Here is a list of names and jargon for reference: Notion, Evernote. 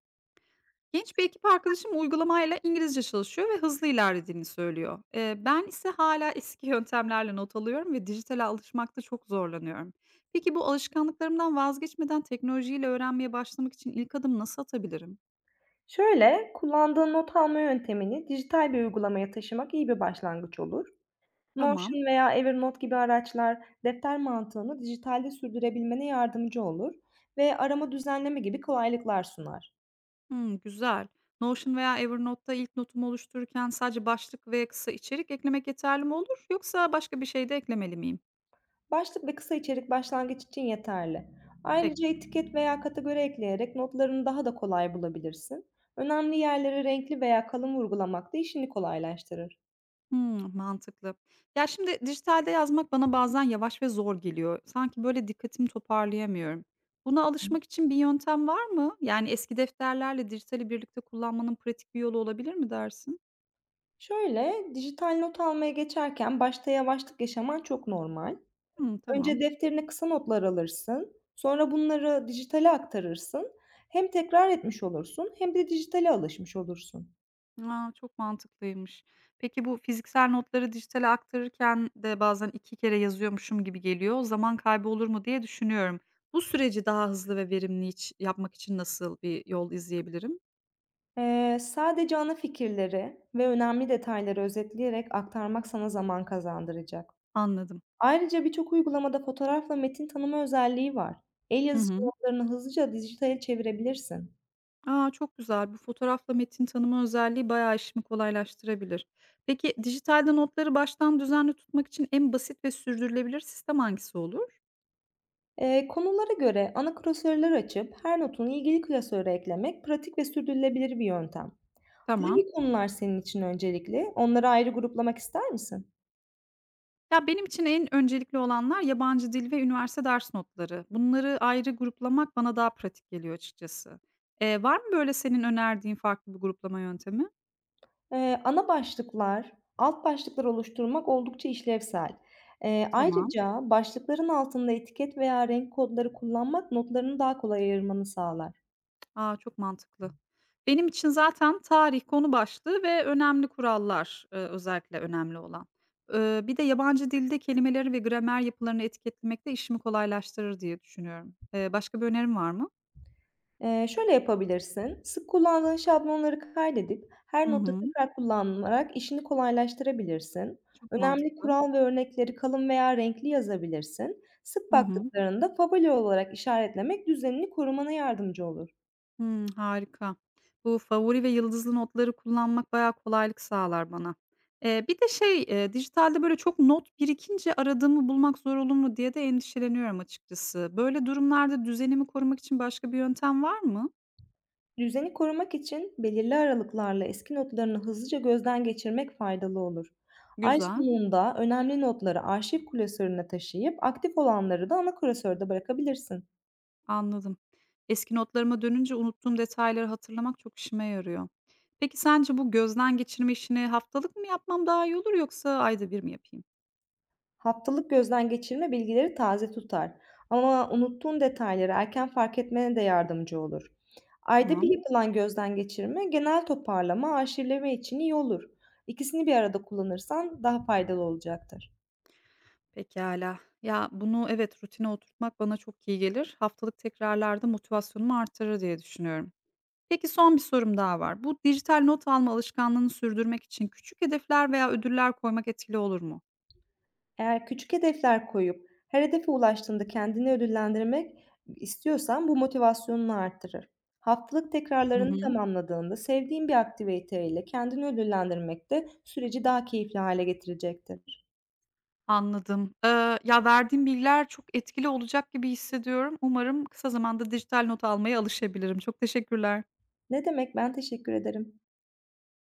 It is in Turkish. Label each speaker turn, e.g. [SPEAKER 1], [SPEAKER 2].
[SPEAKER 1] Genç bir ekip arkadaşım uygulamayla İngilizce çalışıyor ve hızlı ilerlediğini söylüyor. Ben ise hala eski yöntemlerle not alıyorum ve dijitale alışmakta çok zorlanıyorum. Peki bu alışkanlıklarımdan vazgeçmeden teknolojiyle öğrenmeye başlamak için ilk adım nasıl atabilirim?
[SPEAKER 2] Şöyle, kullandığın not alma yöntemini dijital bir uygulamaya taşımak iyi bir başlangıç olur.
[SPEAKER 1] Tamam.
[SPEAKER 2] Notion veya Evernote gibi araçlar defter mantığını dijitalde sürdürebilmene yardımcı olur ve arama düzenleme gibi kolaylıklar sunar.
[SPEAKER 1] Hmm, güzel. Notion veya Evernote'da ilk notumu oluştururken sadece başlık ve kısa içerik eklemek yeterli mi olur? Yoksa başka bir şey de eklemeli miyim?
[SPEAKER 2] Başlık ve kısa içerik başlangıç için yeterli. Ayrıca
[SPEAKER 1] Peki.
[SPEAKER 2] etiket veya kategori ekleyerek notlarını daha da kolay bulabilirsin. Önemli yerleri renkli veya kalın vurgulamak da işini kolaylaştırır.
[SPEAKER 1] Hımm, mantıklı. Ya, şimdi dijitalde yazmak bana bazen yavaş ve zor geliyor. Sanki böyle dikkatimi toparlayamıyorum. Buna alışmak için bir yöntem var mı? Yani eski defterlerle dijitali birlikte kullanmanın pratik bir yolu olabilir mi dersin?
[SPEAKER 2] Şöyle, dijital not almaya geçerken başta yavaşlık yaşaman çok normal.
[SPEAKER 1] Hımm, tamam.
[SPEAKER 2] Önce defterine kısa notlar alırsın. Sonra bunları dijitale aktarırsın. Hem tekrar etmiş olursun hem de dijitale alışmış olursun.
[SPEAKER 1] A, çok mantıklıymış. Peki bu fiziksel notları dijitale aktarırken de bazen 2 kere yazıyormuşum gibi geliyor. Zaman kaybı olur mu diye düşünüyorum. Bu süreci daha hızlı ve verimli iç yapmak için nasıl bir yol izleyebilirim?
[SPEAKER 2] Sadece ana fikirleri ve önemli detayları özetleyerek aktarmak sana zaman kazandıracak.
[SPEAKER 1] Anladım.
[SPEAKER 2] Ayrıca birçok uygulamada fotoğrafla metin tanıma özelliği var. El
[SPEAKER 1] Hı
[SPEAKER 2] yazısı
[SPEAKER 1] hı.
[SPEAKER 2] notlarını hızlıca dijitale çevirebilirsin.
[SPEAKER 1] A, çok güzel. Bu fotoğrafla metin tanıma özelliği bayağı işimi kolaylaştırabilir. Peki, dijitalde notları baştan düzenli tutmak için en basit ve sürdürülebilir sistem hangisi olur?
[SPEAKER 2] Konulara göre ana klasörler açıp her notunu ilgili klasöre eklemek pratik ve sürdürülebilir bir yöntem.
[SPEAKER 1] Tamam.
[SPEAKER 2] Hangi konular senin için öncelikli? Onları ayrı gruplamak ister misin?
[SPEAKER 1] Ya, benim için en öncelikli olanlar yabancı dil ve üniversite ders notları. Bunları ayrı gruplamak bana daha pratik geliyor açıkçası. Var mı böyle senin önerdiğin farklı bir gruplama yöntemi?
[SPEAKER 2] Ana başlıklar, alt başlıklar oluşturmak oldukça işlevsel.
[SPEAKER 1] Tamam.
[SPEAKER 2] Ayrıca başlıkların altında etiket veya renk kodları kullanmak notlarını daha kolay ayırmanı sağlar.
[SPEAKER 1] A, çok mantıklı. Benim için zaten tarih konu başlığı ve önemli kurallar, özellikle önemli olan. Bir de yabancı dilde kelimeleri ve gramer yapılarını etiketlemek de işimi kolaylaştırır diye düşünüyorum. Başka bir önerim var mı?
[SPEAKER 2] Şöyle yapabilirsin, sık kullandığın şablonları kaydedip
[SPEAKER 1] Hı
[SPEAKER 2] her notta
[SPEAKER 1] hı.
[SPEAKER 2] tekrar kullanarak işini kolaylaştırabilirsin.
[SPEAKER 1] Çok
[SPEAKER 2] Önemli
[SPEAKER 1] mantıklı.
[SPEAKER 2] kural ve örnekleri kalın veya renkli yazabilirsin. Sık
[SPEAKER 1] Hı hı.
[SPEAKER 2] baktıklarında favori olarak işaretlemek düzenini korumana yardımcı olur.
[SPEAKER 1] Hımm, harika. Bu favori ve yıldızlı notları kullanmak bayağı kolaylık sağlar bana. Bir de dijitalde böyle çok not birikince aradığımı bulmak zor olur mu diye de endişeleniyorum açıkçası. Böyle durumlarda düzenimi korumak için başka bir yöntem var mı?
[SPEAKER 2] Düzeni korumak için belirli aralıklarla eski notlarını hızlıca gözden geçirmek faydalı olur. Ay
[SPEAKER 1] Güzel,
[SPEAKER 2] sonunda önemli notları arşiv klasörüne taşıyıp aktif olanları da ana klasörde bırakabilirsin.
[SPEAKER 1] anladım. Eski notlarıma dönünce unuttuğum detayları hatırlamak çok işime yarıyor. Peki sence bu gözden geçirme işini haftalık mı yapmam daha iyi olur yoksa ayda bir mi yapayım?
[SPEAKER 2] Haftalık gözden geçirme bilgileri taze tutar ama unuttuğun detayları erken fark etmene de yardımcı olur. Ayda bir
[SPEAKER 1] Tamam.
[SPEAKER 2] yapılan gözden geçirme, genel toparlama, arşivleme için iyi olur. İkisini bir arada kullanırsan daha faydalı olacaktır.
[SPEAKER 1] Pekâlâ. Ya, bunu evet, rutine oturtmak bana çok iyi gelir. Haftalık tekrarlarda motivasyonumu artırır diye düşünüyorum. Peki son bir sorum daha var. Bu dijital not alma alışkanlığını sürdürmek için küçük hedefler veya ödüller koymak etkili olur mu?
[SPEAKER 2] Eğer küçük hedefler koyup her hedefe ulaştığında kendini ödüllendirmek istiyorsan bu motivasyonunu arttırır. Haftalık
[SPEAKER 1] Hı
[SPEAKER 2] tekrarlarını
[SPEAKER 1] hı.
[SPEAKER 2] tamamladığında sevdiğin bir aktiviteyle kendini ödüllendirmek de süreci daha keyifli hale getirecektir.
[SPEAKER 1] Anladım. Ya, verdiğin bilgiler çok etkili olacak gibi hissediyorum. Umarım kısa zamanda dijital not almaya alışabilirim. Çok teşekkürler.
[SPEAKER 2] Ne demek, ben teşekkür ederim.